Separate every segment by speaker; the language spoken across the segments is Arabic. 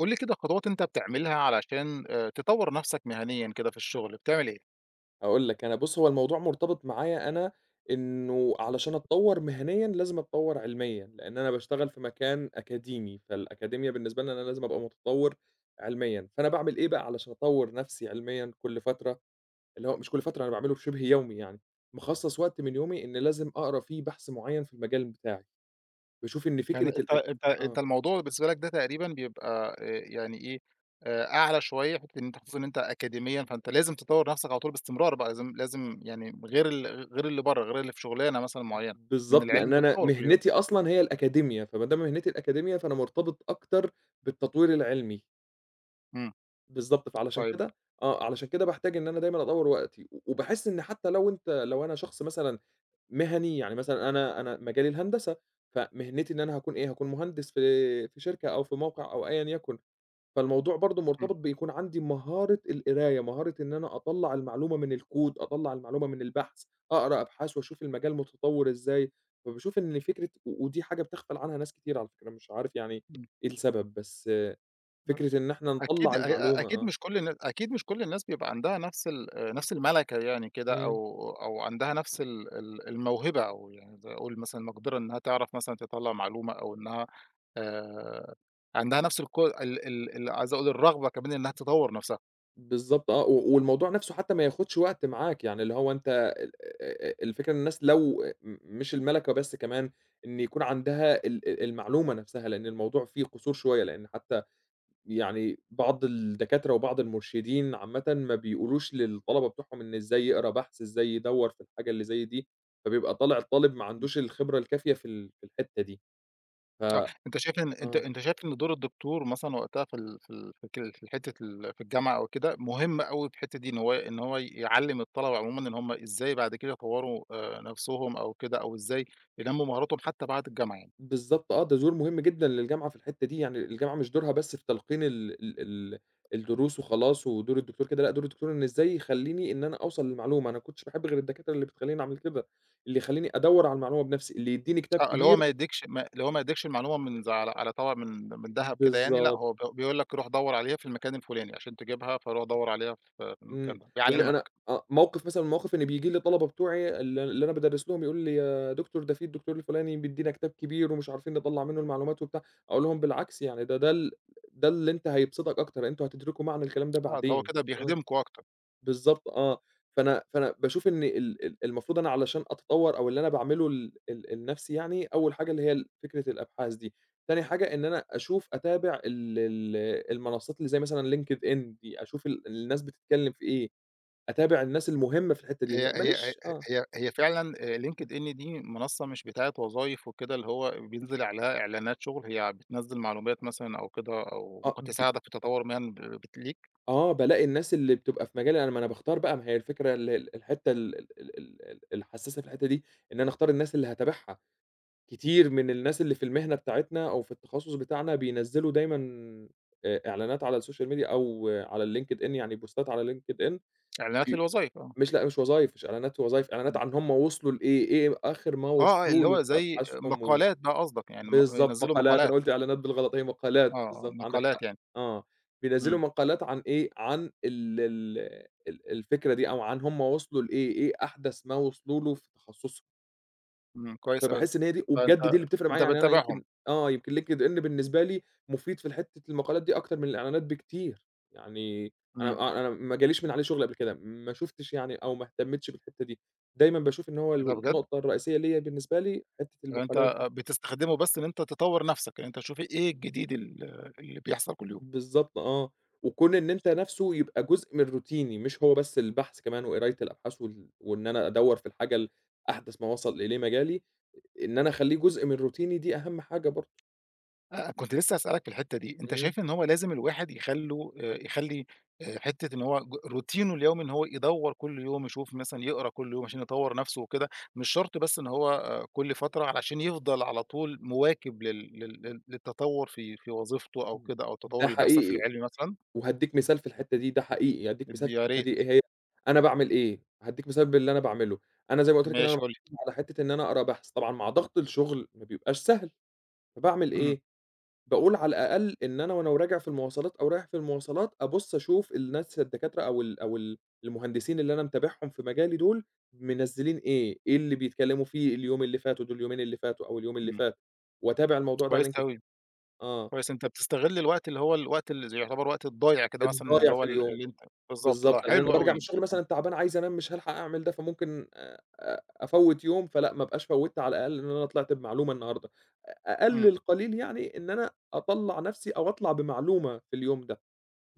Speaker 1: قُل لي كده خطوات أنت بتعملها علشان تطوّر نَفْسك مهنيًا كده في الشغل، بتعمل إيه؟
Speaker 2: هاقول لك أنا بُص، هو الموضوع مرتبط معايا أنا إنه علشان أتطوّر مهنيًا لازم أتطوّر علميًا، لإن أنا باشتغل في مكان أكاديمي، فالأكاديمية بالنسبة لي أنا لازم أبقى متطوّر علميًا، فأنا باعمل إيه بقى علشان أطوّر نفسي علميًا كل فترة، اللي هو مش كل فترة أنا باعمله شبه يومي يعني، مخصّص وقت من يومي إن لازم أقرا فيه بحث معيّن في المجال بتاعي، باشوف إن
Speaker 1: يعني
Speaker 2: فكرة
Speaker 1: أنت
Speaker 2: الأب
Speaker 1: أنت أنت
Speaker 2: آه،
Speaker 1: الموضوع بالنسبة لك ده تقريبًا بيبقى يعني إيه، أعلى شوية حتّة إن أنت خصوصًا إن أنت أكاديميًا، فأنت لازم تطوّر نَفْسك على طول باستمرار بقى، لازم يعني غير اللي برّه، غير اللي في شغلانة مثلًا معيّنة، لإن
Speaker 2: بالضبط،
Speaker 1: العلم
Speaker 2: لإن أنا
Speaker 1: بيتطوّر كل يوم.
Speaker 2: مهنتي أصلًا هي الأكاديمية، فما دام مهنتي الأكاديمية فأنا مرتبط أكتر بالتطوير العلمي.
Speaker 1: إمم،
Speaker 2: بالضبط، فعلشان
Speaker 1: طيب.
Speaker 2: كده آه، علشان كده باحتاج إن أنا دايمًا أدوّر وقتي، و وباحس إن حتى لو أنت لو أنا شخص مثلًا مهني، يعني مثلًا أنا مجالي الهندسة، فمهنتي إن أنا هاكون إيه، هاكون مهندس في شركة أو في موقع أو أيًا يكن، فالموضوع برضه
Speaker 1: إمم،
Speaker 2: مرتبط بيكون عندي مهارة القراية، مهارة إن أنا أطلّع المعلومة من الكود، أطلّع المعلومة من البحث، أقرا أبحاث وأشوف المجال متطوّر إزاي، فباشوف إن فكرة و ودي حاجة بتغفل عنها ناس كتير على فكرة، مش عارف يعني
Speaker 1: إمم.
Speaker 2: إيه السبب، بس آه، فكرة إن إحنا نطلّع المعلومة، آه.
Speaker 1: أكيد مش كل الناس بيبقى عندها نفس المَلَكة يعني كده،
Speaker 2: إمم.
Speaker 1: أو أو عندها نفس ال ال الموهبة، أو يعني زي أقول مثلًا المقدرة إنها تعرف مثلًا تطلّع معلومة أو إنها آآ، عندها نفس القو ال ال ال عايز أقول الرغبة كمان إنها تطوّر نفسها.
Speaker 2: بالضبط آه، و والموضوع نَفْسه حتى ما ياخدش وقت معاك، يعني اللي هو أنت ال الفكرة إن الناس لو مش المَلَكة بس كمان، إن يكون عندها ال المعلومة نَفْسها، لإن الموضوع فيه قصور شوية، لإن حتى يعني بعض الدكاترة وبعض المرشدين عامةً ما بيقولوش للطلبة بتوعهم إن إزاي يقرا بحث، إزاي يدوّر في الحاجة اللي زي دي، فبيبقى طالع الطالب ما
Speaker 1: إمم.
Speaker 2: عندوش الخبرة الكافية في الحتّة دي، ف
Speaker 1: آه، أنت شايف إن أنت
Speaker 2: آه.
Speaker 1: أنت شايف إن دور الدكتور مثلًا وقتها في ال في ال في ك في حتة ال في الجامعة أو كده مهم أوي في الحتة دي، إن هو يعلّم الطلبة عمومًا إن هم إزاي بعد كده يطوّروا نَفْسهم أو كده، أو إزاي ينمّوا مهاراتهم حتى بعد الجامعة يعني.
Speaker 2: بالضبط آه، ده دور مهم جدًا للجامعة في الحتّة دي، يعني الجامعة مش دورها بس في تلقين ال الدروس وخلاص ودور الدكتور كده، لأ دور الدكتور إن إزاي يخلّيني إن أنا أوصل للمعلومة، أنا ما كنتش باحب غير الدكاترة اللي بتخلّيني أعمل كده، اللي يخلّيني أدوّر على المعلومة بنفسي، اللي يدّيني كتاب
Speaker 1: آه،
Speaker 2: كبير
Speaker 1: اللي هو ما يدّيكش المعلومة من ز على على طبق من دهب كده يعني، لأ
Speaker 2: بالضبط.
Speaker 1: هو بيقول لك روح دَوّر عليها في المكان الفلاني عشان تجيبها، فروح دَوّر عليها في في المكان
Speaker 2: إمم،
Speaker 1: ده،
Speaker 2: يعني أنا
Speaker 1: بيعلّمك.
Speaker 2: آه، موقف مثلًا من المواقف إن بييجي لي الطلبة بتوعي اللي أنا بادرّس لهم يقولوا لي: "يا دكتور ده في الدكتور الفلاني بيدّينا كتاب كبير ومش عارفين نطلّع منه المعلومات،" وبتاع، أقول لهم: "بالعكس يعني ده ده اللي أنت هيبسطك أكتر، أنتم هتدركوا معنى الكلام ده
Speaker 1: آه، ده هو
Speaker 2: بعدين."
Speaker 1: كده
Speaker 2: آه،
Speaker 1: بيخدمكم أكتر.
Speaker 2: بالضبط آه، فأنا باشوف إن ال المفروض أنا علشان أتطوّر أو اللي أنا باعمله ل ال لنفسي يعني، أول حاجة اللي هي فكرة الأبحاث دي، تاني حاجة إن أنا أشوف أتابع ال المنصات اللي زي مثلًا LinkedIn دي، أشوف الناس بتتكلم في إيه. أتابع الناس المهمة في الحتّة دي،
Speaker 1: هي
Speaker 2: ما
Speaker 1: هي هي
Speaker 2: ليش آه،
Speaker 1: هي فعلًا
Speaker 2: إمم،
Speaker 1: LinkedIn دي منصة مش بتاعة وظايف وكده اللي هو بينزل عليها إعلانات شغل، هي بتنزّل معلومات مثلًا أو كده أو
Speaker 2: آه
Speaker 1: ممكن
Speaker 2: ب
Speaker 1: تساعدك في تطوّر مهن ب بت ليك،
Speaker 2: آه بالاقي الناس اللي بتبقى في مجالي أنا ما أنا باختار بقى ما هي الفكرة ال ال الحتّة ال ال ال ال ال الحسّاسة في الحتّة دي، إن أنا أختار الناس اللي هاتابعها، كتير من الناس اللي في المهنة بتاعتنا أو في التخصُّص بتاعنا بينزّلوا دايمًا إعلانات على السوشيال ميديا أو آه، على الLinkedIn يعني بوستات على LinkedIn
Speaker 1: إعلانات
Speaker 2: ي
Speaker 1: للوظايف آه.
Speaker 2: مش وظايف، مش إعلانات وظايف، إعلانات
Speaker 1: إمم.
Speaker 2: عن هم وصلوا لإيه، إيه آخِر ما
Speaker 1: آه، آه،
Speaker 2: وصلوا
Speaker 1: اللي
Speaker 2: له
Speaker 1: هو
Speaker 2: في
Speaker 1: زي
Speaker 2: أبحاثهم و
Speaker 1: مقالات بقى قصدك، يعني
Speaker 2: بالضبط،
Speaker 1: ينزّلوا
Speaker 2: مقالات، أنا
Speaker 1: مقالات.
Speaker 2: قُلت إعلانات بالغلط، هي
Speaker 1: آه،
Speaker 2: مقالات،
Speaker 1: آه،
Speaker 2: بالضبط، عندك
Speaker 1: مقالات
Speaker 2: حق،
Speaker 1: يعني.
Speaker 2: آه، بينزّلوا
Speaker 1: إمم،
Speaker 2: مقالات عن إيه، عن ال ال ال الفكرة دي أو عن هم وصلوا لإيه، إيه أحدث ما وصلوا له في تخصُّصهم،
Speaker 1: إمم، كويس أوي.
Speaker 2: فباحس إن هي دي
Speaker 1: فأنت
Speaker 2: وبجد دي اللي بتفرق
Speaker 1: أنت
Speaker 2: معايا، يعني أنا
Speaker 1: بتتابعهم.
Speaker 2: يمكن آه، يمكن LinkedIn بالنسبة لي مفيد في ال حتّة المقالات دي أكتر من الإعلانات بكتير، يعني أنا
Speaker 1: إمم.
Speaker 2: أ أنا ما جاليش من عليه شُغل قبل كده، ما شُفتش يعني أو ما اهتمّتش بالحتّة دي، دايمًا باشوف إن هو
Speaker 1: إيه ده بجد؟
Speaker 2: النقطة الرئيسية ليّا بالنسبة لي حتّة
Speaker 1: يعني
Speaker 2: المقالات دي.
Speaker 1: أنت بتستخدمه بس إن أنت تطوّر نَفْسك، إن أنت تشوف إيه الجديد ال اللي بيحصل كل يوم.
Speaker 2: بالضبط آه، وكون إن أنت نَفْسه يبقى جزء من روتيني، مش هو بس البحث كمان وقراية الأبحاث وإن أنا أدوّر في الحاجة أحدث ما وصل إليه مجالي، إن أنا أخلّيه جزء من روتيني دي أهم حاجة برضه،
Speaker 1: أ كنت لسه هاسألك في الحتّة دي، أنت
Speaker 2: إمم،
Speaker 1: شايف إن هو لازم الواحد يخلّوا يخلّي حتّة إن هو روتينه اليومي إن هو يدوّر كل يوم، يشوف مثلًا يقرا كل يوم عشان يطوّر نَفْسه وكده، مش شرط بس إن هو كل فترة علشان يفضل على طول مواكب لل لل لل للتطوّر في وظيفته أو كده أو التطوّر
Speaker 2: ده
Speaker 1: اللي بيحصل في
Speaker 2: حقيقي،
Speaker 1: العلم مثلًا؟
Speaker 2: وهادّيك مثال في الحتّة دي، ده حقيقي، هادّيك
Speaker 1: اد
Speaker 2: مثال في
Speaker 1: يا
Speaker 2: الحتّة
Speaker 1: ريت،
Speaker 2: دي إيه هي، أنا باعمل إيه، هادّيك مثال باللي أنا باعمله، أنا زي ما قُلت لك إن أنا
Speaker 1: ماشي قُل لي.
Speaker 2: محطوط على حتّة إن أنا أقرا بحث، طبعًا مع ضغط الشغل ما بيبقاش سهل، فباعمل
Speaker 1: إمم،
Speaker 2: إيه؟ باقول على الأقل إن أنا وأنا وراجع في المواصلات أو رايح في المواصلات أبُص أشوف الناس الدكاترة أو المهندسين اللي أنا متابعهم في مجالي دول منزّلين إيه، إيه اللي بيتكلموا فيه اليوم اللي فات ودول اليومين اللي فاتوا أو اليوم اللي
Speaker 1: إمم،
Speaker 2: فات، وأتابع الموضوع ده على
Speaker 1: كويس
Speaker 2: LinkedIn
Speaker 1: أوي،
Speaker 2: آه،
Speaker 1: كويس. أنت بتستغل الوقت اللي هو الوقت اللي يعتبر وقت الضايع كده مثلًا اللي
Speaker 2: الضايع
Speaker 1: هو
Speaker 2: في
Speaker 1: ال
Speaker 2: اليوم،
Speaker 1: اللي أنت بالضبط، لأ
Speaker 2: بالضبط، لإن أنا
Speaker 1: حلو
Speaker 2: بارجع من
Speaker 1: أوي.
Speaker 2: الشغل
Speaker 1: آه،
Speaker 2: مثلًا تعبان عايز أنام مش هالحق أعمل ده، فممكن أ أفوّت يوم، فلأ ما ابقاش فوّتت على الأقل إن أنا طلعت بمعلومة النهارده، أقل
Speaker 1: إمم.
Speaker 2: القليل يعني إن أنا أطلّع نفسي أو أطلع بمعلومة في اليوم ده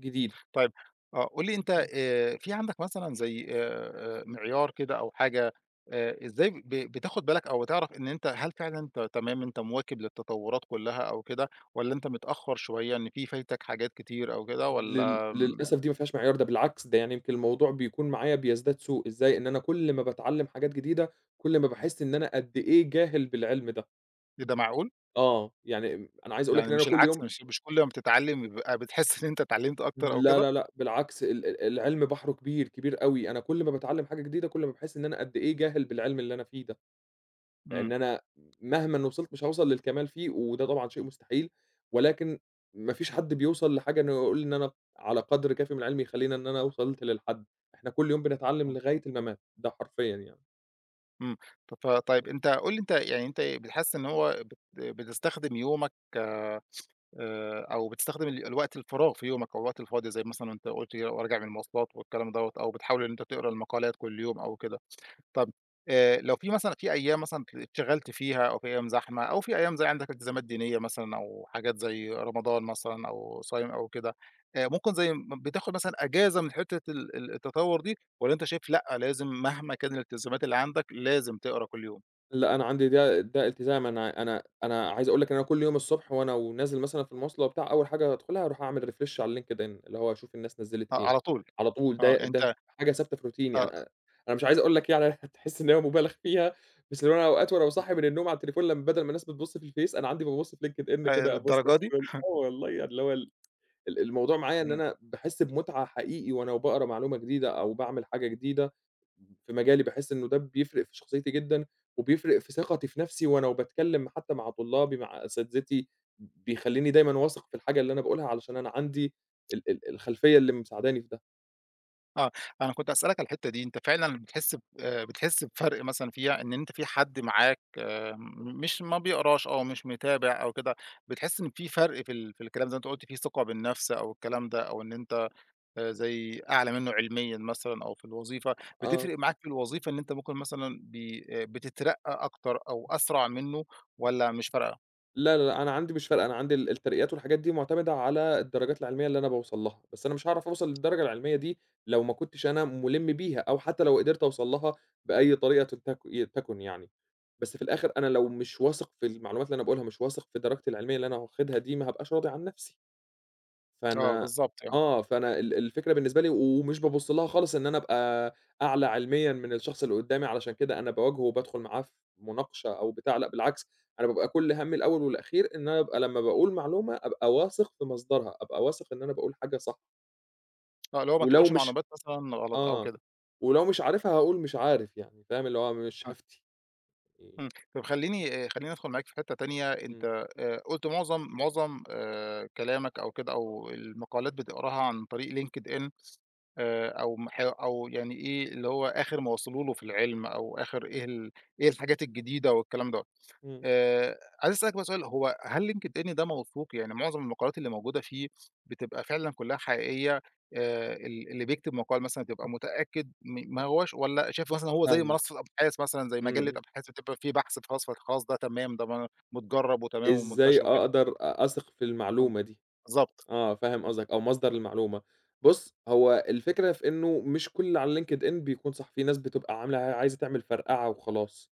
Speaker 2: جديدة.
Speaker 1: طيب آه، قُل لي أنت في عندك مثلًا زي معيار كده أو حاجة، إزاي بتاخد بالك أو بتعرف إن أنت هل فعلًا أنت تمام، أنت مواكب للتطورات كلّها أو كده والّا أنت متأخّر شوية إن في فايتك حاجات كتير أو كده
Speaker 2: لل
Speaker 1: والّا آمم
Speaker 2: للأسف دي ما فيهاش معيار، ده بالعكس ده يعني يمكن الموضوع بيكون معايا بيزداد سوء، إزاي؟ إن أنا كل ما باتعلّم حاجات جديدة، كل ما باحس إن أنا قد إيه جاهل بالعلم ده،
Speaker 1: إيه ده معقول؟
Speaker 2: آه، يعني أنا عايز أقول لك
Speaker 1: يعني
Speaker 2: إن أنا
Speaker 1: مش
Speaker 2: كل
Speaker 1: العكس،
Speaker 2: يوم
Speaker 1: مش كل ما بتتعلّم يبقى بتحس إن أنت اتعلّمت أكتر أو
Speaker 2: لا،
Speaker 1: كده؟
Speaker 2: لا، لأ، بالعكس ال ال العلم بحره كبير، كبير أوي، أنا كل ما باتعلّم حاجة جديدة، كل ما باحس إن أنا قد إيه جاهل بالعلم اللي أنا فيه ده.
Speaker 1: إمم،
Speaker 2: لإن أنا مهمًا إن وصلت مش هاوصل للكمال فيه، وده طبعًا شيء مستحيل، ولكن ما فيش حد بيوصل لحاجة إنه يقول إن أنا على قدر كافٍ من العلم يخلّيني إن أنا وصلت للحد، إحنا كل يوم بنتعلم
Speaker 1: إمم،
Speaker 2: لغاية الممات، ده حرفيًا يعني.
Speaker 1: إمم. ط فطيب أنت قُل لي أنت يعني أنت بتحس إن هو بتستخدم يومك، أو بتستخدم الوقت الفراغ في يومك أو الوقت الفاضي زي مثلًا أنت قُلت كده وراجع من المواصلات والكلام دوّة، أو بتحاول إن أنت تقرا المقالات كل يوم أو كده. طَب لو في مثلًا في أيام مثلًا اتشغلت فيها أو في أيام زحمة أو في أيام زي عندك التزامات دينية مثلًا أو حاجات زي رمضان مثلًا أو صايم أو كده، ممكن زي م بتاخد مثلًا أجازة من حتّة ال ال التطوّر دي والّا أنت شايف لأ، لازم مهما كان الالتزامات اللي عندك لازم تقرا كل يوم؟
Speaker 2: لأ، أنا عندي ده التزام، أنا عايز أقول لك إن أنا كل يوم الصبح وأنا ونازل مثلًا في المواصلة وبتاع، أول حاجة هادخلها أروح أعمل refresh على الLinkedIn اللي هو أشوف الناس نزّلت
Speaker 1: آه،
Speaker 2: إيه،
Speaker 1: على طول.
Speaker 2: على طول
Speaker 1: آه،
Speaker 2: ده
Speaker 1: أنت
Speaker 2: ده حاجة ثابتة في روتيني،
Speaker 1: آه،
Speaker 2: أنا مش عايز أقول لك يعني هتحس إن هي مبالغ فيها، بس اللي هو أنا أوقات وأنا صاحي من النوم على التليفون لمّا بدل ما الناس بتبُص في الفيس، أنا عندي بابُص في الLinkedIn كده أبُص
Speaker 1: للدرجة دي؟
Speaker 2: أسكرول آه والله، يعني اللي هو ال الموضوع معايا إن
Speaker 1: إمم.
Speaker 2: أنا باحس بمتعة حقيقي وأنا باقرا معلومة جديدة أو باعمل حاجة جديدة في مجالي، باحس إنه ده بيفرق في شخصيتي جدًا، وبيفرق في ثقتي في نفسي وأنا وباتكلم حتى مع طلابي، مع أساتذتي، بيخلّيني دايمًا واثق في الحاجة اللي أنا باقولها علشان أنا عندي ال الخلفية اللي مساعداني في ده.
Speaker 1: آه، أنا كنت هاسألك على الحتّة دي، أنت فعلًا بتحس ب بتحس بفرق مثلًا فيها إن أنت في حد معاك آه، م مش ما بيقراش أو مش متابع أو كده، بتحس إن في فرق في الكلام زي ما أنت قُلت في ثقة بالنفس أو الكلام ده، أو إن أنت زي أعلى منّه علميًا مثلًا أو في الوظيفة،
Speaker 2: آه.
Speaker 1: بتفرق معاك في الوظيفة إن أنت ممكن مثلًا بي بتترقى أكتر أو أسرع منّه والّا مش فارقة؟
Speaker 2: لا، لا، لأ، أنا عندي مش فارقة، أنا عندي الترقيات والحاجات دي مُعتمدة على الدرجات العلمية اللي أنا باوصل لها، بس أنا مش هاعرف أوصل للدرجة العلمية دي لو ما كنتش أنا مُلِم بيها، أو حتى لو قدرت أوصل لها بأي طريقةٍ تك ي تكن يعني، بس في الآخر أنا لو مش واثق في المعلومات اللي أنا باقولها، مش واثق في درجتي العلمية اللي أنا هاخدها دي، ما هابقاش راضي عن نفسي.
Speaker 1: آه،
Speaker 2: فأنا
Speaker 1: بالضبط يعني،
Speaker 2: آه، فأنا الفكرة بالنسبة لي ومش بابُص لها خالص إن أنا أبقى أعلى علميًا من الشخص اللي قدّامي علشان كده أنا باواجهه وبادخل معاه في مناقشة أو بتاع، لأ بالعكس، أنا بابقى كل هَمّي الأول والأخير إن أنا أبقى لمّا باقول معلومة أبقى واثق في مصدرها، أبقى واثق إن أنا باقول حاجة صح،
Speaker 1: آه، اللي هو ما
Speaker 2: ولو
Speaker 1: تقولش
Speaker 2: مش
Speaker 1: معلومات مثلًا غلط أو
Speaker 2: آه،
Speaker 1: كده.
Speaker 2: ولو مش عارفها هاقول مش عارف يعني، فاهم؟ اللي هو مش هافتي، إمم،
Speaker 1: إمم. طب خلّيني خلّيني أدخل معاك في حتّة تانية. أنت
Speaker 2: إمم،
Speaker 1: قُلت معظم كلامك أو كده أو المقالات بتقراها عن طريق LinkedIn، أو يعني إيه اللي هو آخر ما وصلوا له في العلم أو آخر إيه الحاجات الجديدة والكلام دوّة.
Speaker 2: إمم،
Speaker 1: عايز أسألك بقى سؤال، هو هل LinkedIn ده موثوق؟ يعني معظم المقالات اللي موجودة فيه بتبقى فعلًا كلّها حقيقية، ال اللي بيكتب مقال مثلًا بيبقى متأكد ما هواش، والّا شايف مثلًا هو زي
Speaker 2: فاهمِك،
Speaker 1: منصة أبحاث مثلًا، زي
Speaker 2: إمم،
Speaker 1: مجلة
Speaker 2: إمم،
Speaker 1: أبحاث بتبقى فيه بحث خاص، فخلاص ده تمام، ده م متجرّب وتمام
Speaker 2: إزاي
Speaker 1: ومنتشر وكده؟
Speaker 2: أقدر أثق في
Speaker 1: آه،
Speaker 2: المعلومة دي؟
Speaker 1: بالضبط،
Speaker 2: آه، فاهم قصدك، أو مصدر المعلومة. بُص، هو الفكرة في إنه مش كل اللي على LinkedIn بيكون صح، في ناس بتبقى عاملة عايزة تعمل فرقعة وخلاص،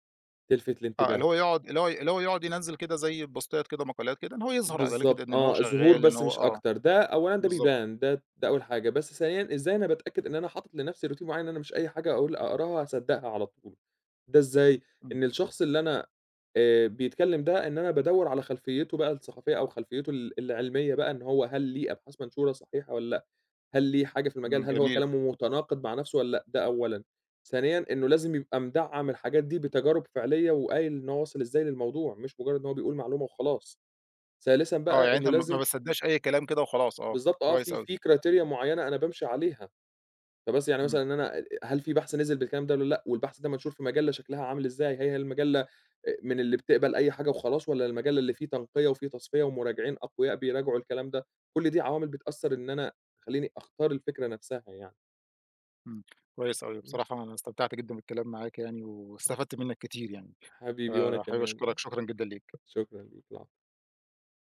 Speaker 2: تلفت
Speaker 1: آه،
Speaker 2: الانتباه.
Speaker 1: اللي هو يقعد ينزّل كده زي بوستات كده، مقالات كده، إن هو يظهر على LinkedIn
Speaker 2: بالضبط،
Speaker 1: إن ان هو
Speaker 2: آه، ظهور
Speaker 1: شغّال، إن
Speaker 2: بس
Speaker 1: هو
Speaker 2: مش
Speaker 1: آه،
Speaker 2: أكتر. ده أولًا ده
Speaker 1: بالضبط،
Speaker 2: بيبان، ده أول حاجة، بس ثانيًا إزاي أنا باتأكد إن أنا حاطط لنفسي روتين معين، إن أنا مش أي حاجة أقول أقراها هاصدقها على طول. ده إزاي؟
Speaker 1: إمم،
Speaker 2: إن الشخص اللي أنا بيتكلم ده إن أنا بادوّر على خلفيته بقى الثقافية أو خلفيته العلمية بقى، إن هو هل ليه أبحاث منشورة صحيحة والّا هل ليه حاجة في المجال،
Speaker 1: إمم،
Speaker 2: هل هو
Speaker 1: جميل،
Speaker 2: كلامه متناقض مع نَفْسه والّا لأ؟ ده أولًا. ثانيًا إنه لازم يبقى مدعّم الحاجات دي بتجارب فعلية وقايل إن هو واصل إزاي للموضوع، مش مجرّد إن هو بيقول معلومة وخلاص. ثالثًا
Speaker 1: آه،
Speaker 2: بقى
Speaker 1: يعني أنت
Speaker 2: إنه
Speaker 1: ما
Speaker 2: لازم
Speaker 1: بتصدّقش أي كلام كده وخلاص، آه،
Speaker 2: بالضبط آه،
Speaker 1: كويس
Speaker 2: في
Speaker 1: أوي،
Speaker 2: في criteria معيّنة أنا بامشي عليها، فبس يعني
Speaker 1: إمم.
Speaker 2: مثلًا إن أنا هل في بحث نزل بالكلام ده والّا لأ، والبحث ده منشور في مجلة شكلها عامل إزاي، هي المجلة من اللي بتقبل أي حاجة وخلاص والّا المجلة اللي فيه تنقية وفيه تصفية ومراجعين أقوياء بيراجعوا الكلام ده، كل دي عوامل بتأثّر إن أنا تخلّيني أختار الفكرة نَفْسها يعني.
Speaker 1: إمم، كويس أوي،
Speaker 2: إمم.
Speaker 1: بصراحة أنا استمتعت جدًا بالكلام معاك يعني، واستفدت منّك كتير يعني،
Speaker 2: حبيبي وأنا
Speaker 1: فحابب
Speaker 2: كمان،
Speaker 1: أشكرك، شكرًا جدًا ليك.
Speaker 2: شكرًا ليك، العفو.